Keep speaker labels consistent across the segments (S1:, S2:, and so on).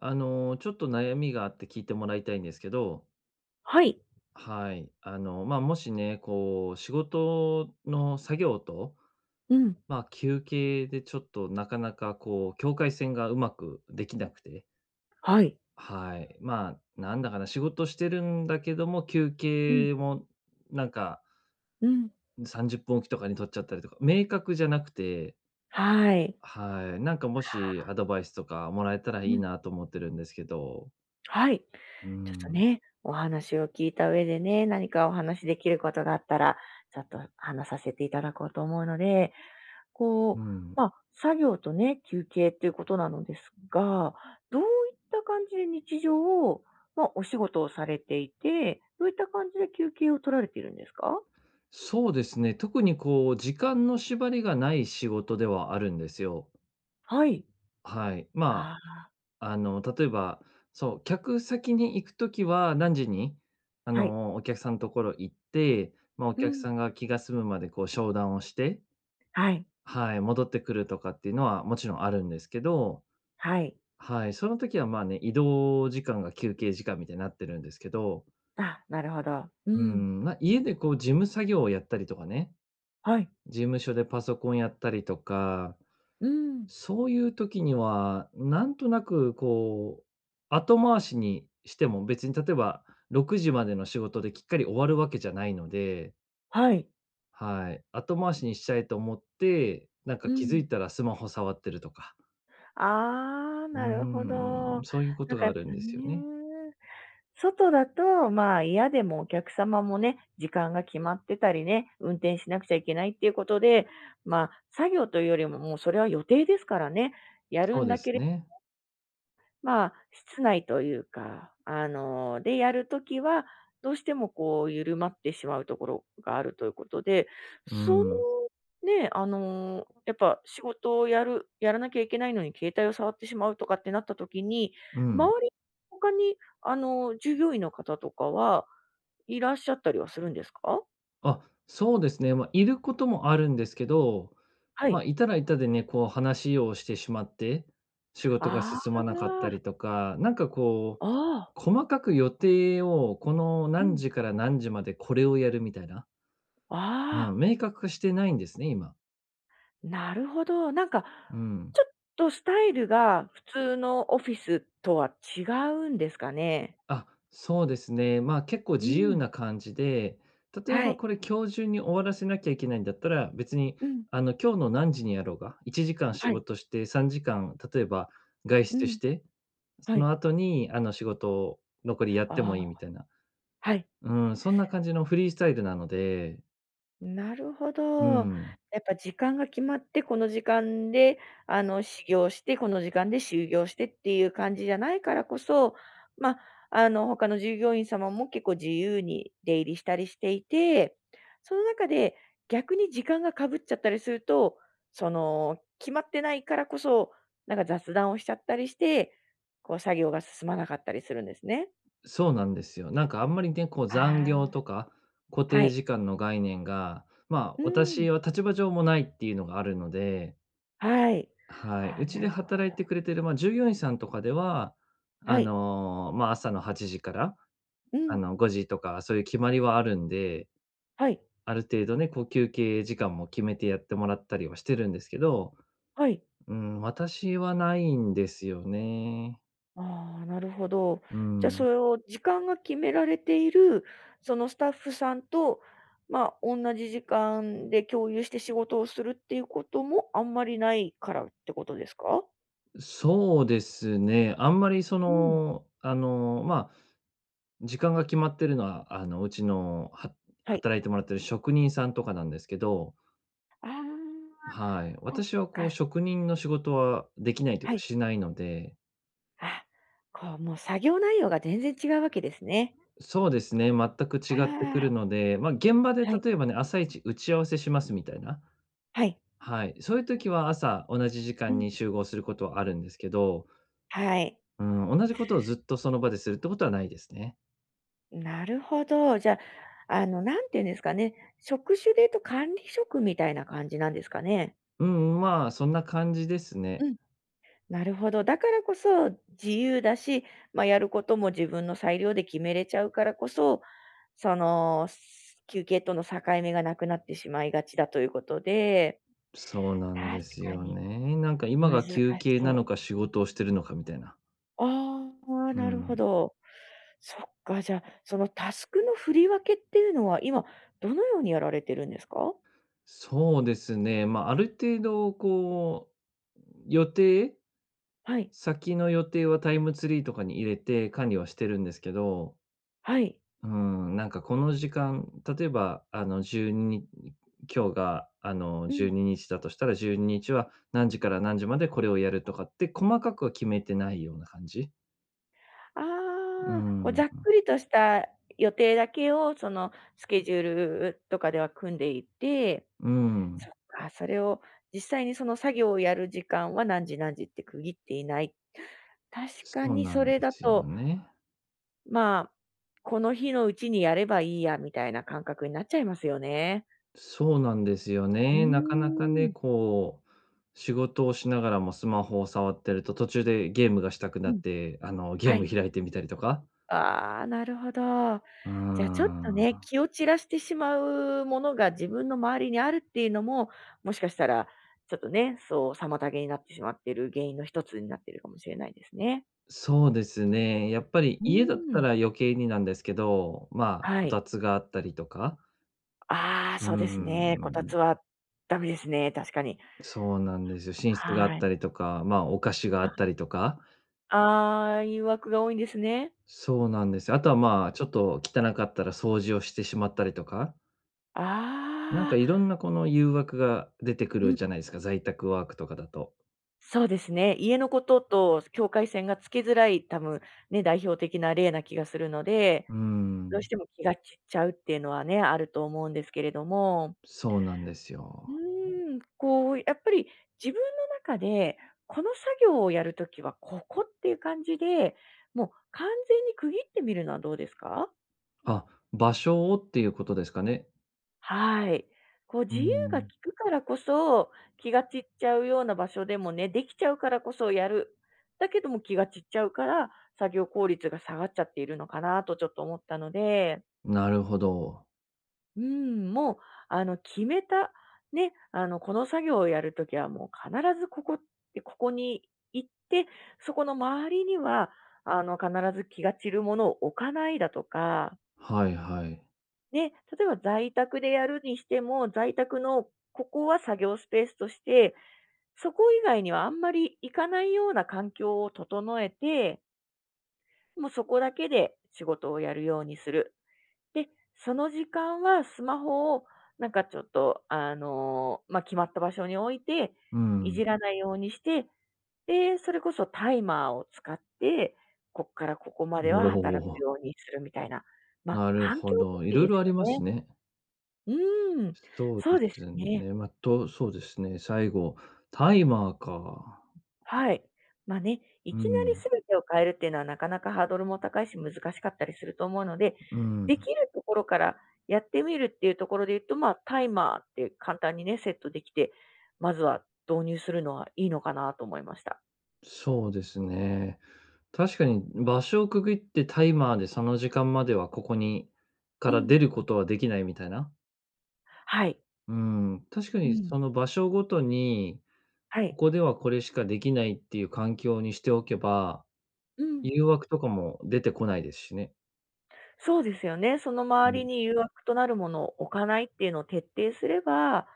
S1: ちょっと悩みがあって聞いてもらいたいんですけど、
S2: はい。
S1: はい。まあ、もしね、こう、仕事の作業と、
S2: うん、
S1: まあ、休憩でちょっとなかなかこう、境界線がうまくできなくて、
S2: はい。
S1: はい。まあ、なんだかな、仕事してるんだけども、休
S2: うん、
S1: 憩もなんか
S2: うん、
S1: 30分おきとかに取っちゃったりとか、明確じゃなくて、
S2: はい。
S1: はい。なんかもしアドバイスとかもらえたらい
S2: う
S1: い
S2: ん、
S1: なと思ってるんですけど、
S2: はい。
S1: う
S2: ちょっと
S1: ん、
S2: ね、お話を聞いた上でね、何かお話できることがあったら、ちょっと話させていただこうと思うので、こう、
S1: うん。
S2: 作業とね、休憩っていうことなのですが、どういった感じで日常を、まあ、お仕事をされていて、どういった感じで休憩を取られているんですか？
S1: そうですね。特にこう時間の縛りがない仕事ではあるんですよ。
S2: はい。
S1: はい。ま
S2: あ
S1: あ、例えば、そう、客先に行くときは何時に、
S2: あ、はい。
S1: お客さんのところ行って、まあ、お
S2: う
S1: 客
S2: ん、
S1: さんが気が済むまでこう商談をして、
S2: はい、
S1: はい、戻ってくるとかっていうのはもちろんあるんですけど、
S2: はい。
S1: はい、その時はまあね、移動時間が休憩時間みたいになってるんですけど、
S2: あ、なるほど。う
S1: う
S2: ん、
S1: ん、まあ、家でこう事務作業をやったりとかね、
S2: はい。
S1: 事務所でパソコンやったりとか、
S2: うん。
S1: そういう時には、なんとなくこう、後回しにしても、別に例えば6時までの仕事できっかり終わるわけじゃないので、
S2: はい。
S1: はい、後回しにしちゃえと思って、なん
S2: う
S1: か気づ
S2: ん。
S1: いたらスマホ触ってるとか。
S2: ああ、
S1: う
S2: なるほ
S1: ー
S2: ど。
S1: ん、そういうこ
S2: なん
S1: と
S2: か
S1: が
S2: や
S1: あ
S2: っ
S1: るん
S2: ぱ
S1: ですよね。
S2: ね、外だと、まあ、嫌でもお客様もね、時間が決まってたりね、運転しなくちゃいけないっていうことで、まあ、作業というよりも、もうそれは予定ですからね、やる
S1: そう
S2: ん
S1: で
S2: だけ
S1: す
S2: れ
S1: ね。
S2: まあ、室内というか、でやるときは、どうしてもこう緩まってしまうところがあるということで、
S1: う
S2: そ
S1: ん、
S2: のやっぱ仕事をやるやらなきゃいけないのに携帯を触ってしまうとかってなったときに、
S1: うん。
S2: 周り、他に従業員の方とかはいらっしゃったりはするんですか？
S1: あ、そうですね。まあ、いることもあるんですけど、
S2: は
S1: ま
S2: い。
S1: あ、いたらいたでね、こう話をしてしまって、仕事が進
S2: あ
S1: まなかったりとか、なんかこう、
S2: あ、ああ、
S1: 細かく予定をこの
S2: う
S1: 何
S2: ん。
S1: 時から何時までこれをやるみたいな、う
S2: あ
S1: ん、
S2: あ。
S1: 明確化してないんですね、今。
S2: なるほど。なんか、
S1: うん。
S2: ちょっとスタイルが普通のオフィスとは違うんですかね？
S1: あ、そうですね。まあ、結構
S2: う
S1: 自由
S2: ん。
S1: な感じで、例え
S2: は
S1: ば
S2: い。
S1: これ今日中に終わらせなきゃいけないんだったら、別に
S2: うん。
S1: 今日の何時にやろうが、1時間仕
S2: はい。
S1: 事して3時間例えば外
S2: う
S1: 出
S2: ん。
S1: して、
S2: は
S1: その
S2: い。
S1: 後に仕事を残りやっ
S2: あ
S1: てもい
S2: あ、
S1: いみたいな。
S2: はい。
S1: うん、そんな感じのフリースタイルなので、
S2: なるほ
S1: う
S2: ど。や
S1: ん、
S2: っぱ時間が決まって、この時間で、始業して、この時間で終業してっていう感じじゃないからこそ、まあ、他の従業員様も結構自由に出入りしたりしていて、その中で逆に時間がかぶっちゃったりすると、その、決まってないからこそ、なんか雑談をしちゃったりして、こう作業が進まなかったりするんですね。
S1: そうなんですよ。なんかあんまりね、こう残
S2: あ
S1: 業
S2: あ。
S1: とか固
S2: は
S1: 定
S2: い。
S1: 時間の概念が、まあ、
S2: うん、
S1: 私は立場上もないっていうのがあるので、
S2: はい。
S1: はい。
S2: ああ、
S1: うち
S2: な
S1: で
S2: るほ
S1: 働
S2: ど
S1: いてくれてる、まあ、従業員さんとかでは、
S2: はい。
S1: まあ、朝の8時から、
S2: うん。
S1: 5時とか、そういう決まりはあるんで、
S2: はい。
S1: ある程度ね、こう、休憩時間も決めてやってもらったりはしてるんですけど、
S2: はい。
S1: うん、私はないんですよね。
S2: ああ、なるほど。
S1: う
S2: じゃあ、そ
S1: ん。
S2: れを時間が決められている、そのスタッフさんと、まあ、同じ時間で共有して仕事をするっていうこともあんまりないからってことですか？
S1: そうですね。あんまり、そ
S2: うん。
S1: の、まあ、時間が決まってるのは、うちのは
S2: はい。
S1: 働いてもらってる職人さんとかなんですけど、
S2: ああ、
S1: はい。
S2: こっ
S1: 私はこう
S2: か。
S1: 職人の仕事はできないという
S2: は
S1: か
S2: い。
S1: しないので、
S2: あ、こう、もう作業内容が全然違うわけですね。
S1: そうですね、全く
S2: あ
S1: 違ってくる
S2: あ、
S1: ので、まあ、現場で
S2: はい。
S1: 例えばね、朝一打ち合わせしますみたいな、
S2: はい。
S1: はい、そういう時は朝同じ時
S2: う
S1: 間
S2: ん。
S1: に集合することはあるんですけど、
S2: はい。
S1: うん、同じことをずっとその場でするってことはないですね。
S2: なるほど。じゃあ、何て言うんですかね、職種で言うと管理職みたいな感じなんですかね？
S1: うん、まあ、そんな感じですね。
S2: うん。なるほど。だからこそ自由だし、まあ、やることも自分の裁量で決めれちゃうからこそ、その、す休憩との境目がなくなってしまいがちだということで、
S1: そうなんで
S2: 確
S1: す
S2: か
S1: よ
S2: に
S1: ね。なんか今
S2: 難
S1: が
S2: し
S1: 休憩
S2: そ
S1: な
S2: う。
S1: のか仕事をしてるのかみたいな。
S2: ああ、
S1: う
S2: なるほ
S1: ん。
S2: ど。そっか、じゃあ、そのタスクの振り分けっていうのは、今どのようにやられてるんですか？
S1: そうですね。まあ、ある程度こう、予定
S2: はい。
S1: 先の予定はタイムツリーとかに入れて管理はしてるんですけど、
S2: はい。
S1: うん、なんかこの時間、例えばあの12に今日が
S2: うん。
S1: 12日だとしたら12日は何時から何時までこれをやるとかって細かくは決めてないような感じ。う
S2: ああ、こうざ
S1: ん、
S2: っくりとした予定だけを、そのスケジュールとかでは組んでいて、
S1: う
S2: そ
S1: ん、
S2: っか、それを実際にその作業をやる時間は何時何時って区切っていない。確
S1: そ
S2: か
S1: う
S2: に
S1: な
S2: そ
S1: ん
S2: れ
S1: で
S2: だ
S1: すよ
S2: と、
S1: ね。
S2: まあ、この日のうちにやればいいやみたいな感覚になっちゃいますよね。
S1: そうなんですよ
S2: うー
S1: ね。なかなかね、
S2: ん。
S1: こう、仕事をしながらもスマホを触ってると、途中でゲームがしたく
S2: う
S1: なっ
S2: ん。
S1: て、ゲ
S2: は
S1: ー
S2: い。
S1: ム開いてみたりとか。
S2: ああ、なるほど。
S1: うー
S2: じゃあちょっとね、
S1: ん。
S2: 気を散らしてしまうものが自分の周りにあるっていうのも、もしかしたら、ちょっとね、そう妨げになってしまっている原因の一つになっているかもしれないですね。
S1: そうですね。やっぱり
S2: う
S1: 家だっ
S2: ー
S1: た
S2: ん。
S1: ら余計になんですけど、まあ、
S2: は
S1: こ
S2: い。
S1: たつがあったりとか、
S2: ああ、
S1: うー
S2: そうですね。こた
S1: ん、
S2: つはダメですね、確かに。
S1: そうなんですよ。寝室があ
S2: は
S1: っ
S2: い。
S1: たりとか、まあ、お菓子があ
S2: あ。
S1: ったりとか、
S2: ああ誘惑が多いんですね。
S1: そうなんですよ。あとは、まあ、ちょっと汚かったら掃除をしてしまったりとか。なん
S2: あ
S1: か
S2: あ。
S1: いろんなこの誘惑が出てく
S2: う
S1: る
S2: ん。
S1: じゃないですか、在宅ワークとかだと。
S2: そうですね。家のことと境界線がつけづらい、多分ね、代表的な例な気がするので、
S1: うー
S2: どうし
S1: ん、
S2: ても気が散っちゃうっていうのはね、あると思うんですけれども。
S1: そうなんです
S2: う
S1: よ。
S2: ーん、こう、やっぱり自分の中で、この作業をやるときはここっていう感じで、もう完全に区切ってみるのはどうですか？
S1: あ、場所をっていうことですかね。
S2: はい。こう
S1: うー
S2: 自由が利
S1: ん、
S2: くからこそ、気が散っちゃうような場所でもね、できちゃうからこそやる。だけども気が散っちゃうから、作業効率が下がっちゃっているのかなとちょっと思ったので、
S1: なるほど。
S2: うん、もう、あの、決めた、ね、あの、この作業をやるときはもう必ずここって、ここに行って、そこの周りには、必ず気が散るものを置かないだとか、
S1: はいはい。
S2: ね、例えば在宅でやるにしても、在宅のここは作業スペースとして、そこ以外にはあんまり行かないような環境を整えて、もうそこだけで仕事をやるようにする。で、その時間はスマホをなんかちょっと、まあ、決まった場所に置いて、
S1: う
S2: い
S1: ん。
S2: じらないようにして、で、それこそタイマーを使って、こっからここま
S1: お
S2: では働く
S1: お、
S2: ようにするみたいな、まあ、
S1: なる
S2: 環
S1: ほ
S2: 境づ
S1: ど。
S2: く
S1: い
S2: り
S1: ろい
S2: で
S1: ろ
S2: す
S1: あ
S2: よ
S1: りま
S2: ね。
S1: すね。
S2: うーん、
S1: そう
S2: そ
S1: で
S2: うです
S1: す
S2: ね。
S1: ね。そうですね、最後、タイマーか。
S2: はい。まあね、い
S1: う
S2: きなり
S1: ん、
S2: 全てを変えるっていうのはなかなかハードルも高いし難しかったりすると思うので、
S1: うん、
S2: できるところからやってみるっていうところで言うと、まあタイマーって簡単にね、セットできて、まずは導入するのはいいのかなと思いました。
S1: そうですね。確かに、場所をくぐってタイマーでその時間まではここにか
S2: う
S1: ら
S2: ん。
S1: 出ることはできないみたいな。
S2: はい。
S1: うん、確か
S2: う
S1: に
S2: ん。
S1: その場所ごとに、
S2: は
S1: こ
S2: い。
S1: こではこれしかできないっていう環境にしておけば、
S2: うん。
S1: 誘惑とかも出てこないですしね。
S2: そうですよね。その
S1: う
S2: 周り
S1: ん、
S2: に誘惑となるものを置かないっていうのを徹底すれば、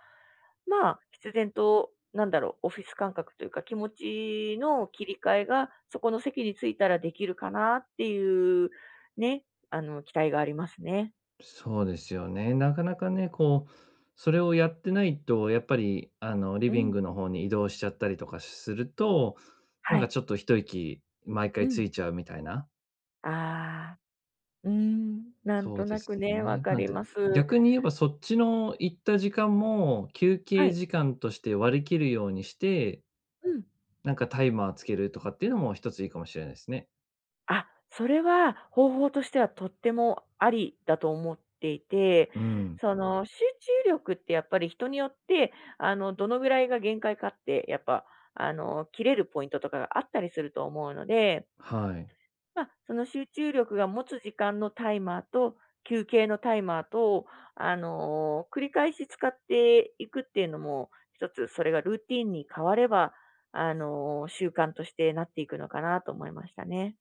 S2: まあ、必然と、なんだろう、オフィス感覚というか、気持ちの切り替えが、そこの席に着いたらできるかなっていう、ね、期待がありますね。
S1: そうですよね。なかなかね、こう、それをやってないと、やっぱり、リ
S2: う
S1: ビン
S2: ん。
S1: グの方に移動しちゃったりとかすると、
S2: は
S1: なんか
S2: い。
S1: ちょっと一息毎
S2: う
S1: 回つ
S2: ん。
S1: いちゃうみたいな。
S2: ああ。うーん。なん
S1: そう
S2: と
S1: で
S2: な
S1: す
S2: くね、わ
S1: ね。
S2: か
S1: なん
S2: り
S1: て、
S2: ます。
S1: 逆に言えばそっちの行った時間も、休
S2: は
S1: 憩
S2: い。
S1: 時間として割り切るようにして、
S2: うん。
S1: なんかタイマーつけるとかっていうのも一ついいかもしれないですね。
S2: あ、それは方法としてはとってもありだと思っていて、
S1: うん。
S2: その、集中力ってやっぱり人によって、どのぐらいが限界かって、やっぱ、切れるポイントとかがあったりすると思うので、
S1: はい。
S2: まあ、その集中力が持つ時間のタイマーと、休憩のタイマーと、繰り返し使っていくっていうのも、一つそれがルーティンに変われば、習慣としてなっていくのかなと思いましたね。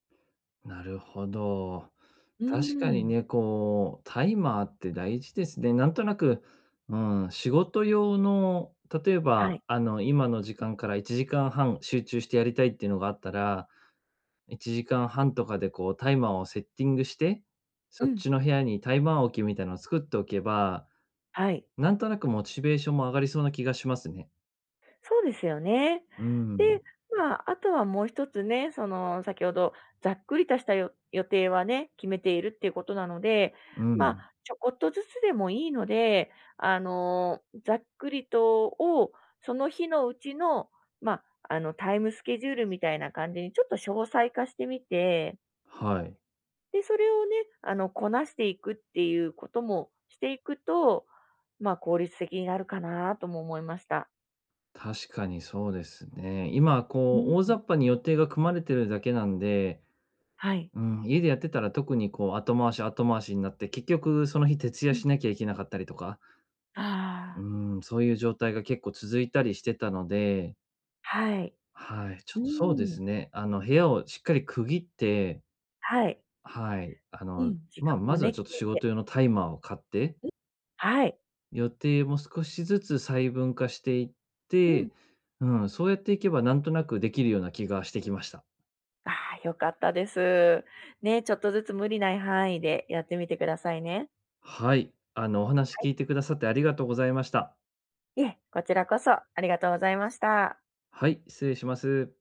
S1: なるほど。
S2: う
S1: 確かに
S2: ん。
S1: ね、こう、タイマーって大事ですね。なんとなく、うん、仕事用の、例え
S2: はい。
S1: ば、今の時間から1時間半集中してやりたいっていうのがあったら、1時間半とかでこうタイマーをセッティングして、
S2: う
S1: そっ
S2: ん。
S1: ちの部屋にタイマー置きみたいなのを作っておけば、
S2: はい。
S1: なんとなくモチベーションも上がりそうな気がしますね。
S2: そうですよね。
S1: う
S2: で、
S1: ん、
S2: まあ、あとはもう一つね、その、先ほどざっくりとしたよ予定はね、決めているっていうことなので、
S1: う
S2: ま
S1: ん、
S2: あ、ちょこっとずつでもいいので、ざっくりとを、その日のうちの、まあ、タイムスケジュールみたいな感じにちょっと詳細化してみて、
S1: はい。
S2: で、それをね、こなしていくっていうこともしていくと、まあ、効率的になるかなとも思いました。
S1: 確かにそうですね。今
S2: う
S1: こ
S2: ん、
S1: う大雑把に予定が組まれてるだけなんで、
S2: はい。
S1: うん、家でやってたら特にこう後回し後回しになって、結局その日徹夜
S2: うん。
S1: しなきゃいけなかったりとか、
S2: ああ、
S1: うん、そういう状態が結構続いたりしてたので、
S2: はい。
S1: はい、ち
S2: う
S1: ょっとそうで
S2: ーん。
S1: すね。部屋をしっかり区切って、
S2: はい。
S1: はい、
S2: うん。時間
S1: まあ、
S2: も
S1: まずは
S2: ね、
S1: ちょっ
S2: 決
S1: と
S2: め
S1: 仕
S2: て。
S1: 事用のタイマーを買って、
S2: うん。はい。
S1: 予定も少しずつ細分化していっ
S2: うん。
S1: て、うん、そうやっていけばなんとなくできるような気がしてきました。
S2: ああ、良かったです。ね、ちょっとずつ無理ない範囲でやってみてくださいね。
S1: はい、お話
S2: は
S1: 聞
S2: い。
S1: いてくださってありがとうございました。
S2: いえ、こちらこそありがとうございました。
S1: はい、失礼します。